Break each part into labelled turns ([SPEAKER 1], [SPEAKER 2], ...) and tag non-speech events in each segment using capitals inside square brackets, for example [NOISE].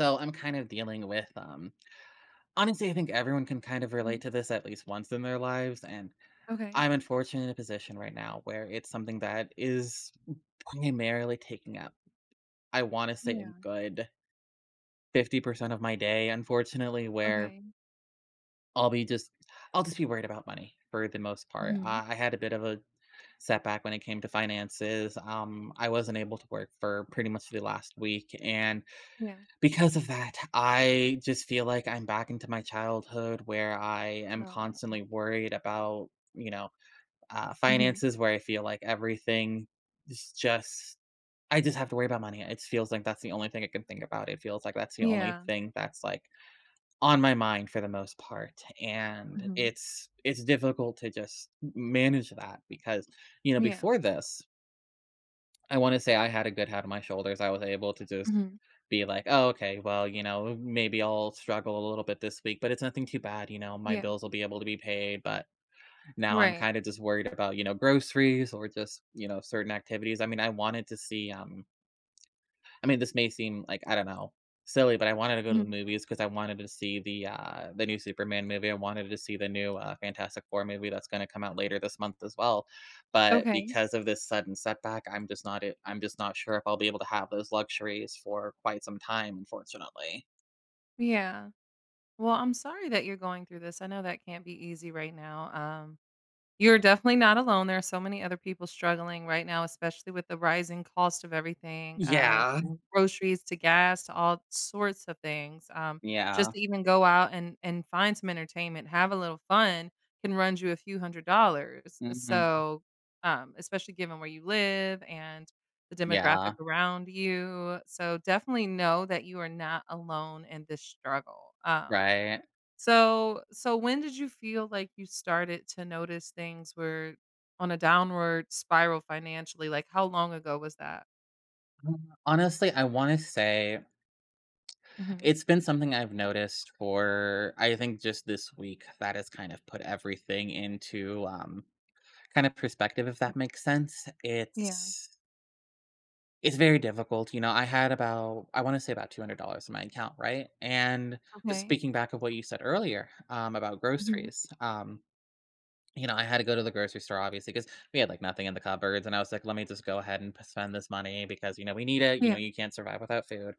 [SPEAKER 1] So I'm kind of dealing with honestly, I think everyone can kind of
[SPEAKER 2] Mhm.
[SPEAKER 1] relate to this at least once in their lives, and
[SPEAKER 2] Okay.
[SPEAKER 1] I'm unfortunately in a position right now where it's something that is primarily taking up I want to say a
[SPEAKER 2] Yeah.
[SPEAKER 1] good 50% of my day, unfortunately, where
[SPEAKER 2] Okay.
[SPEAKER 1] I'll be just I'll just be worried about money for the most part.
[SPEAKER 2] Mhm.
[SPEAKER 1] I had a bit of a setback when it came to finances. I wasn't able to work for pretty much the last week. And
[SPEAKER 2] Yeah.
[SPEAKER 1] because of that, I just feel like I'm back into my childhood where I am
[SPEAKER 2] Oh.
[SPEAKER 1] constantly worried about, you know,
[SPEAKER 2] Mhm.
[SPEAKER 1] finances, where I feel like is just, I just have to worry about money. It feels like that's the only thing I can think about. It feels like that's the only
[SPEAKER 2] Yeah.
[SPEAKER 1] thing that's like on my mind for the most part. And
[SPEAKER 2] Mhm.
[SPEAKER 1] it's difficult to just manage that because,
[SPEAKER 2] Yeah.
[SPEAKER 1] before this, I wanna say I had a good head on my shoulders. I was able to just
[SPEAKER 2] Mhm.
[SPEAKER 1] be like, "Oh, okay, well, you know, maybe I'll struggle a little bit this week, but it's nothing too bad, you know, my
[SPEAKER 2] Yeah.
[SPEAKER 1] bills will be able to be paid," but now I'm
[SPEAKER 2] Right.
[SPEAKER 1] kinda just worried about, groceries, or just, certain activities. I mean, I wanted to see, I mean, this may seem like, I don't know, silly, but I wanted to go to the
[SPEAKER 2] Mhm.
[SPEAKER 1] movies because I wanted to see the new Superman movie. I wanted to see the new Fantastic Four movie that's going to come out later this month as well. But
[SPEAKER 2] Okay.
[SPEAKER 1] because of this sudden setback, I'm just not it. I'm just not sure if I'll be able to have those luxuries for quite some time, unfortunately.
[SPEAKER 2] Yeah. Well, I'm sorry that you're going through this. I know that can't be easy right now. Um, You're definitely not alone. There are so many other people struggling right now, especially with the rising cost of everything,
[SPEAKER 1] Yeah.
[SPEAKER 2] from groceries to gas to all sorts of things. Just
[SPEAKER 1] Yeah.
[SPEAKER 2] to even go out and find some entertainment, have a little fun, can run you a few hundred dollars.
[SPEAKER 1] Hmm.
[SPEAKER 2] So, especially given where you live and the demographic
[SPEAKER 1] Yeah.
[SPEAKER 2] around you, so definitely know that you are not alone in this struggle. Um,
[SPEAKER 1] Right.
[SPEAKER 2] so so when did you feel like you started to notice things were on a downward spiral financially? Like, how long ago was that?
[SPEAKER 1] Honestly, I want to say
[SPEAKER 2] Mhm.
[SPEAKER 1] it's been something I've noticed for I think just this week that has kind of put everything into kind of perspective, if that makes sense.
[SPEAKER 2] Yeah.
[SPEAKER 1] It's very difficult. You know, I had about I want to say about $200 in my account, right? And just
[SPEAKER 2] Okay.
[SPEAKER 1] speaking back of what you said earlier about
[SPEAKER 2] Mhm.
[SPEAKER 1] groceries. You know, I had to go to the grocery store, obviously, because we had, like, nothing in the cupboards, and I was like, "Let me just go ahead and p spend this money because, you know, we need it, you know,
[SPEAKER 2] Yeah,
[SPEAKER 1] you can't survive without food."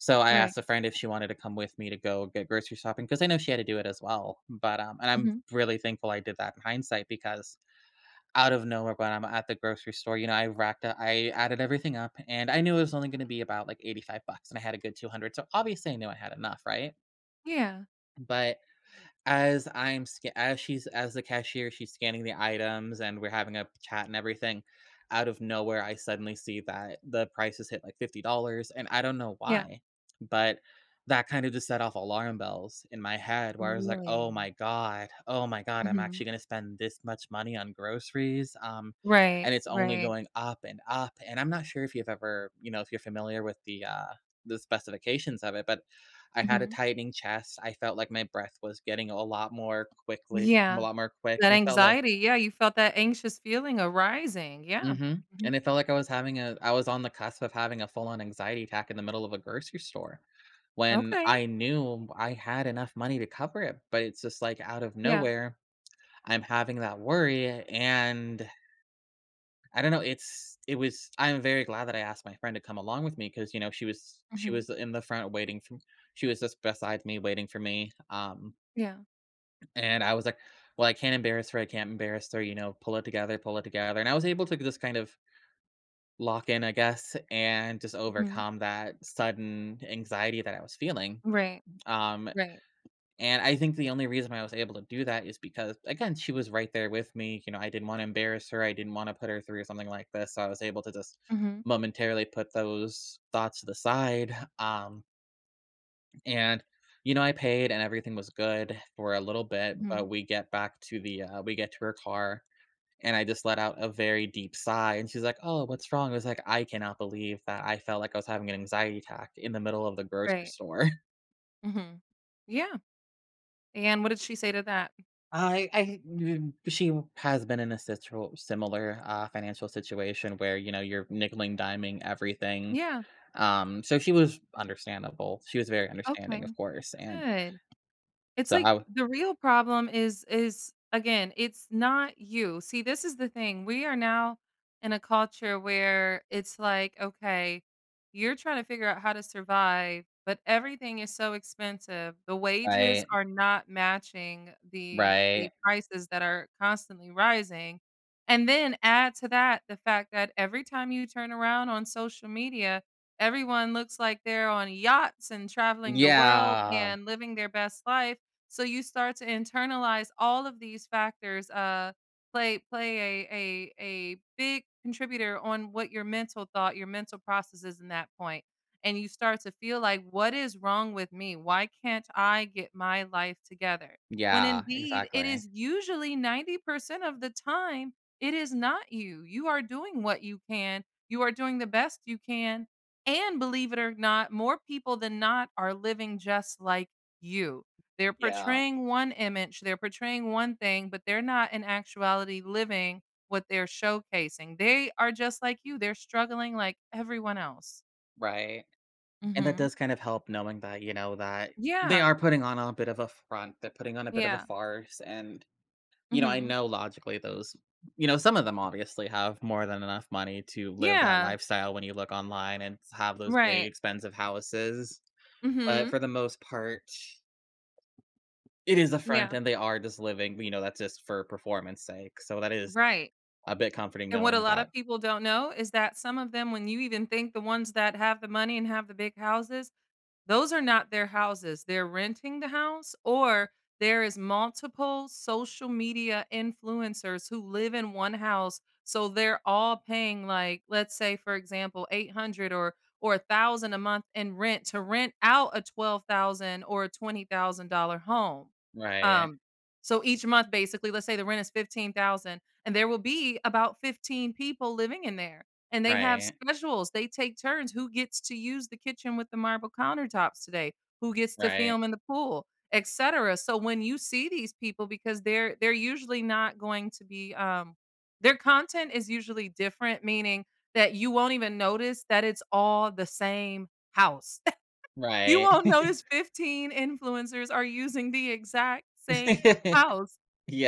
[SPEAKER 1] So, I
[SPEAKER 2] right.
[SPEAKER 1] asked a friend if she wanted to come with me to go get grocery shopping because I know she had to do it as well, but, and I'm
[SPEAKER 2] Mhm.
[SPEAKER 1] really thankful I did that in hindsight, because out of nowhere, when I'm at the grocery store, I added everything up, and I knew it was only gonna be about, like, 85 bucks, and I had a good 200, so obviously I knew I had enough, right?
[SPEAKER 2] Yeah.
[SPEAKER 1] But as I'm sca as she's as the cashier, she's scanning the items, and we're having a chat and everything. Out of nowhere, I suddenly see that the price has hit, like, $50, and I don't know
[SPEAKER 2] Yeah.
[SPEAKER 1] why, but that kind of just set off alarm bells in my head, where I was like, "Oh
[SPEAKER 2] Really?
[SPEAKER 1] my god. Oh my god. I'm
[SPEAKER 2] Mhm.
[SPEAKER 1] actually gonna spend this much money on groceries," and
[SPEAKER 2] Right,
[SPEAKER 1] it's only
[SPEAKER 2] right.
[SPEAKER 1] going up and up. And I'm not sure if you know, if you're familiar with the specifications of it, but I had a
[SPEAKER 2] Mhm.
[SPEAKER 1] tightening chest, I felt like my breath was getting a lot more quickly a
[SPEAKER 2] Yeah.
[SPEAKER 1] lot more quick,
[SPEAKER 2] That
[SPEAKER 1] and it felt like,
[SPEAKER 2] anxiety, yeah, you felt that anxious feeling arising, yeah.
[SPEAKER 1] mhm,
[SPEAKER 2] Mhm.
[SPEAKER 1] and it felt like I was having a I was on the cusp of having a full-on anxiety attack in the middle of a grocery store, when
[SPEAKER 2] Okay,
[SPEAKER 1] I knew I had enough money to cover it, but it's just, like, out of
[SPEAKER 2] yeah.
[SPEAKER 1] nowhere, I'm having that worry. And I don't know, it's it was I'm very glad that I asked my friend to come along with me, because you know, she
[SPEAKER 2] Mhm.
[SPEAKER 1] was in the front waiting for she was just beside me waiting for me. um
[SPEAKER 2] Yeah.
[SPEAKER 1] And I was like, "Well, I can't embarrass her, I can't embarrass her, you know, pull it together, pull it together." And I was able to just kind of lock in, I guess, and just
[SPEAKER 2] Mhm.
[SPEAKER 1] overcome that sudden anxiety that I was feeling.
[SPEAKER 2] Right,
[SPEAKER 1] Um,
[SPEAKER 2] right.
[SPEAKER 1] and I think the only reason I was able to do that is because, again, she was right there with me. You know, I didn't want to embarrass her. I didn't want to put her through something like this. So I was able to just
[SPEAKER 2] Mhm.
[SPEAKER 1] momentarily put those thoughts to the side. And, I paid and everything was good for a little bit,
[SPEAKER 2] Mhm.
[SPEAKER 1] but we get to her car, and I just let out a very deep sigh, and she's like, "Oh, what's wrong?" I was like, "I cannot believe that I felt like I was having an anxiety attack in the middle of the grocery
[SPEAKER 2] Right.
[SPEAKER 1] store."
[SPEAKER 2] Mhm. Mhm. Yeah. And what did she say to that?
[SPEAKER 1] [LAUGHS] I she has been in a similar financial situation where, you know, you're nickel and diming everything.
[SPEAKER 2] Yeah.
[SPEAKER 1] So she was understandable. She was very understanding,
[SPEAKER 2] Okay.
[SPEAKER 1] of course. And
[SPEAKER 2] Good. It's
[SPEAKER 1] so
[SPEAKER 2] like
[SPEAKER 1] I was.
[SPEAKER 2] the real problem is again, it's not you. See, this is the thing. We are now in a culture where it's like, okay, you're trying to figure out how to survive, but everything is so expensive. The wages
[SPEAKER 1] Right,
[SPEAKER 2] are not matching the
[SPEAKER 1] right.
[SPEAKER 2] prices that are constantly rising. And then add to that the fact that every time you turn around on social media, everyone looks like they're on yachts and traveling the world
[SPEAKER 1] Yeah.
[SPEAKER 2] and living their best life, so you start to internalize all of these factors, play a big contributor on what your mental thought, your mental process is in that point. And you start to feel like, what is wrong with me? Why can't I get my life together? When
[SPEAKER 1] Yeah,
[SPEAKER 2] indeed it
[SPEAKER 1] exactly.
[SPEAKER 2] is usually 90% of the time, it is not you. You are doing what you can. You are doing the best you can. And believe it or not, more people than not are living just like you. They're
[SPEAKER 1] Yeah,
[SPEAKER 2] portraying one image, they're portraying one thing, but they're not in actuality living what they're showcasing. They are just like you, they're struggling like everyone else.
[SPEAKER 1] right. And that
[SPEAKER 2] Mhm.
[SPEAKER 1] does kind of help knowing that, you know, that they
[SPEAKER 2] Yeah.
[SPEAKER 1] are putting on a bit of a front. They're putting on a bit of a
[SPEAKER 2] Yeah.
[SPEAKER 1] farce. And, you know, I
[SPEAKER 2] Mhm.
[SPEAKER 1] know logically those, you know, some of them obviously have more than enough money to live that
[SPEAKER 2] Yeah.
[SPEAKER 1] lifestyle when you look online and have those big
[SPEAKER 2] Right.
[SPEAKER 1] expensive houses. But
[SPEAKER 2] Mhm.
[SPEAKER 1] for the most part, it is a front
[SPEAKER 2] Yeah.
[SPEAKER 1] and they are just living, you know, that's just for performance sake. So that is
[SPEAKER 2] Right.
[SPEAKER 1] a bit comforting,
[SPEAKER 2] And what a
[SPEAKER 1] knowing
[SPEAKER 2] lot
[SPEAKER 1] that.
[SPEAKER 2] of people don't know is that some of them, when you even think the ones that have the money and have the big houses. Those are not their houses. They're renting the house, or there is multiple social media influencers who live in one house, so they're all paying, like, let's say, for example, 800 or 1000 a month in rent to rent out a 12,000 or a $20,000 home.
[SPEAKER 1] Right,
[SPEAKER 2] Um so each month, basically, let's say the rent is 15,000 and there will be about 15 people living in there. And they have
[SPEAKER 1] right,
[SPEAKER 2] schedules. They take turns who gets to use the kitchen with the marble countertops today, who gets to
[SPEAKER 1] right,
[SPEAKER 2] film in the pool, etcetera. So when you see these people, because they're usually not going to be. Their content is usually different, meaning that you won't even notice that it's all the same house. You
[SPEAKER 1] right.
[SPEAKER 2] won't notice 15 influencers are using the exact same
[SPEAKER 1] [LAUGHS]
[SPEAKER 2] house.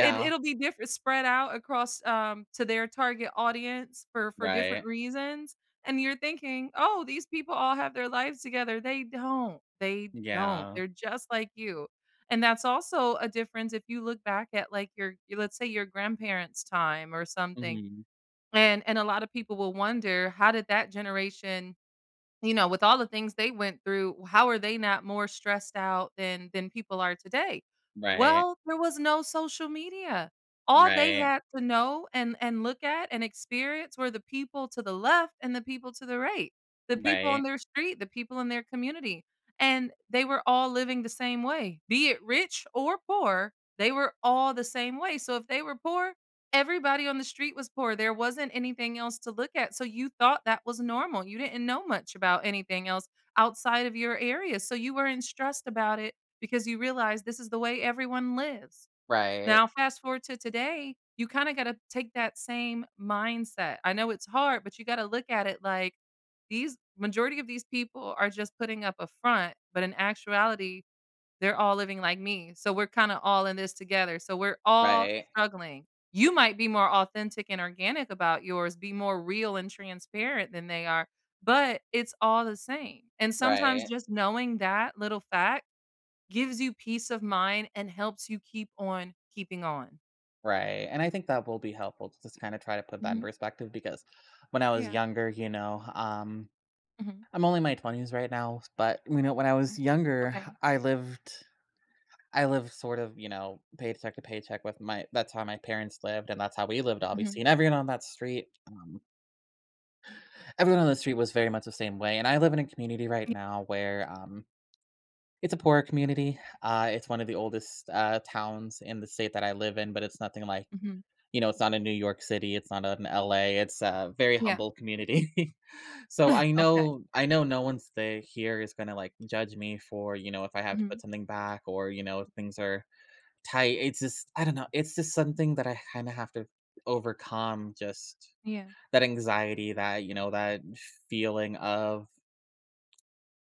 [SPEAKER 2] It it'll be different spread out across, to their target audience for different
[SPEAKER 1] right,
[SPEAKER 2] reasons, and you're thinking, "Oh, these people all have their lives together." They don't. They don't.
[SPEAKER 1] yeah,
[SPEAKER 2] They're just like you, and that's also a difference if you look back at, like, let's say, your grandparents' time or something,
[SPEAKER 1] mhm,
[SPEAKER 2] and a lot of people will wonder, "How did that generation?" You know, with all the things they went through, how are they not more stressed out than people are today?
[SPEAKER 1] right,
[SPEAKER 2] Well, there was no social media. All they
[SPEAKER 1] right,
[SPEAKER 2] had to know and look at and experience were the people to the left and the people to the right, the people on
[SPEAKER 1] right,
[SPEAKER 2] their street, the people in their community, and they were all living the same way. Be it rich or poor, they were all the same way. So if they were poor, everybody on the street was poor. There wasn't anything else to look at, so you thought that was normal. You didn't know much about anything else outside of your area, so you weren't stressed about it because you realized this is the way everyone lives.
[SPEAKER 1] right,
[SPEAKER 2] Now fast forward to today, you kinda gotta take that same mindset. I know it's hard, but you gotta look at it like, these majority of these people are just putting up a front, but in actuality they're all living like me, so we're kinda all in this together, so we're all
[SPEAKER 1] right,
[SPEAKER 2] struggling. You might be more authentic and organic about yours, be more real and transparent than they are, but it's all the same, and sometimes
[SPEAKER 1] right,
[SPEAKER 2] just knowing that little fact gives you peace of mind and helps you keep on keeping on.
[SPEAKER 1] right, and I think that will be helpful to just kinda try to put that in
[SPEAKER 2] Mhm.
[SPEAKER 1] perspective, because when I was
[SPEAKER 2] Yeah.
[SPEAKER 1] younger, you know,
[SPEAKER 2] Mhm.
[SPEAKER 1] I'm only in my 20s right now, but, you know, when I was younger,
[SPEAKER 2] Okay.
[SPEAKER 1] I lived I live sort of, you know, paycheck to paycheck. With my that's how my parents lived, and that's how we lived, obviously.
[SPEAKER 2] Mhm.
[SPEAKER 1] And everyone on that street, everyone on the street was very much the same way. And I live in a community right
[SPEAKER 2] Yeah.
[SPEAKER 1] now where it's a poorer community. It's one of the oldest towns in the state that I live in, but it's nothing like,
[SPEAKER 2] Mhm.
[SPEAKER 1] you know, it's not in New York City, it's not in LA. It's a very
[SPEAKER 2] Yeah.
[SPEAKER 1] humble community. [LAUGHS] So
[SPEAKER 2] Okay.
[SPEAKER 1] I know no one's there here is going to like judge me for, you know, if I have to
[SPEAKER 2] Mhm.
[SPEAKER 1] put something back, or, you know, if things are tight. It's just I don't know, it's just something that I kinda have to overcome, just
[SPEAKER 2] Yeah.
[SPEAKER 1] that anxiety, that, you know, that feeling of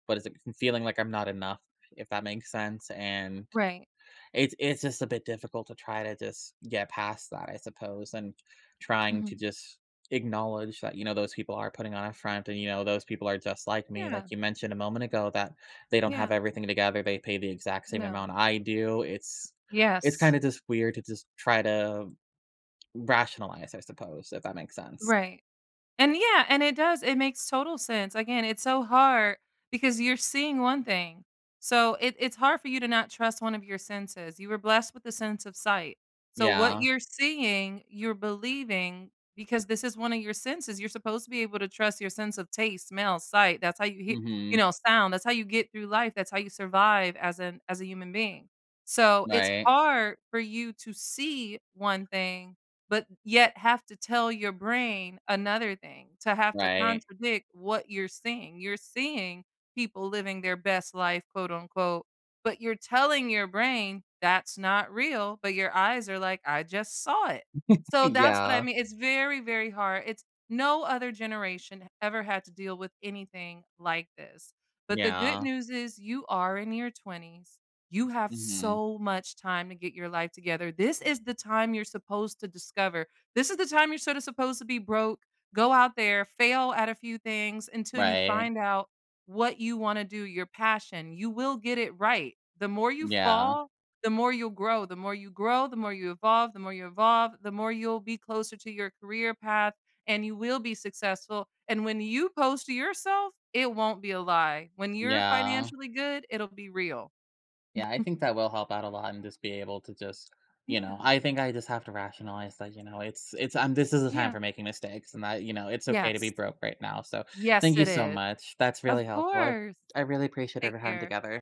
[SPEAKER 1] what is it? Feeling like I'm not enough, if that makes sense. And
[SPEAKER 2] Right.
[SPEAKER 1] it's just a bit difficult to try to just get past that, I suppose, and trying to
[SPEAKER 2] Mhm.
[SPEAKER 1] just acknowledge that, you know, those people are putting on a front, and, you know, those people are just like me. Like
[SPEAKER 2] Yeah.
[SPEAKER 1] you mentioned a moment ago, that they don't have
[SPEAKER 2] Yeah.
[SPEAKER 1] everything together. They pay the exact same
[SPEAKER 2] No.
[SPEAKER 1] amount I do. It's kind
[SPEAKER 2] Yes.
[SPEAKER 1] of just weird to just try to rationalize, I suppose, if that makes sense.
[SPEAKER 2] Right. And yeah, and it does. It makes total sense. Again, it's so hard because you're seeing one thing. So it's hard for you to not trust one of your senses. You were blessed with the sense of sight. So what
[SPEAKER 1] Yeah.
[SPEAKER 2] you're seeing, you're believing, because this is one of your senses. You're supposed to be able to trust your sense of taste, smell, sight. That's how you hear, you
[SPEAKER 1] Mhm.
[SPEAKER 2] know, sound. That's how you get through life. That's how you survive as a human being. So it's
[SPEAKER 1] Right.
[SPEAKER 2] hard for you to see one thing but yet have to tell your brain another thing, to have to
[SPEAKER 1] Right.
[SPEAKER 2] contradict what you're seeing. You're seeing people living their best life, quote unquote, but you're telling your brain that's not real, but your eyes are like, I just saw it.
[SPEAKER 1] [LAUGHS]
[SPEAKER 2] So that's what I
[SPEAKER 1] Yeah.
[SPEAKER 2] mean. It's very, very hard. It's No other generation ever had to deal with anything like this. But the good
[SPEAKER 1] Yeah.
[SPEAKER 2] news is you are in your 20s. You have
[SPEAKER 1] Mhm.
[SPEAKER 2] so much time to get your life together. This is the time you're supposed to discover. This is the time you're sort of supposed to be broke, go out there, fail at a few things until you
[SPEAKER 1] Right.
[SPEAKER 2] find out what you want to do, your passion. You will get it right. The more you
[SPEAKER 1] Yeah.
[SPEAKER 2] fall, the more you'll grow. The more you grow, the more you evolve. The more you evolve, the more you'll be closer to your career path, and you will be successful. And when you post to yourself, it won't be a lie. When you're
[SPEAKER 1] Yeah.
[SPEAKER 2] financially good, it'll be real.
[SPEAKER 1] Yeah, I think that will help out a lot, and just be able to just, you know,
[SPEAKER 2] Yeah.
[SPEAKER 1] I think I just have to rationalize that, you know, it's this is a time
[SPEAKER 2] Yeah.
[SPEAKER 1] for making mistakes, and that, you know, it's okay to be
[SPEAKER 2] Yes.
[SPEAKER 1] broke right now. So
[SPEAKER 2] Yes,
[SPEAKER 1] thank you
[SPEAKER 2] it
[SPEAKER 1] so
[SPEAKER 2] is.
[SPEAKER 1] much. That's
[SPEAKER 2] Of
[SPEAKER 1] really helpful. I
[SPEAKER 2] course.
[SPEAKER 1] I really appreciate
[SPEAKER 2] Take
[SPEAKER 1] our time
[SPEAKER 2] care.
[SPEAKER 1] together.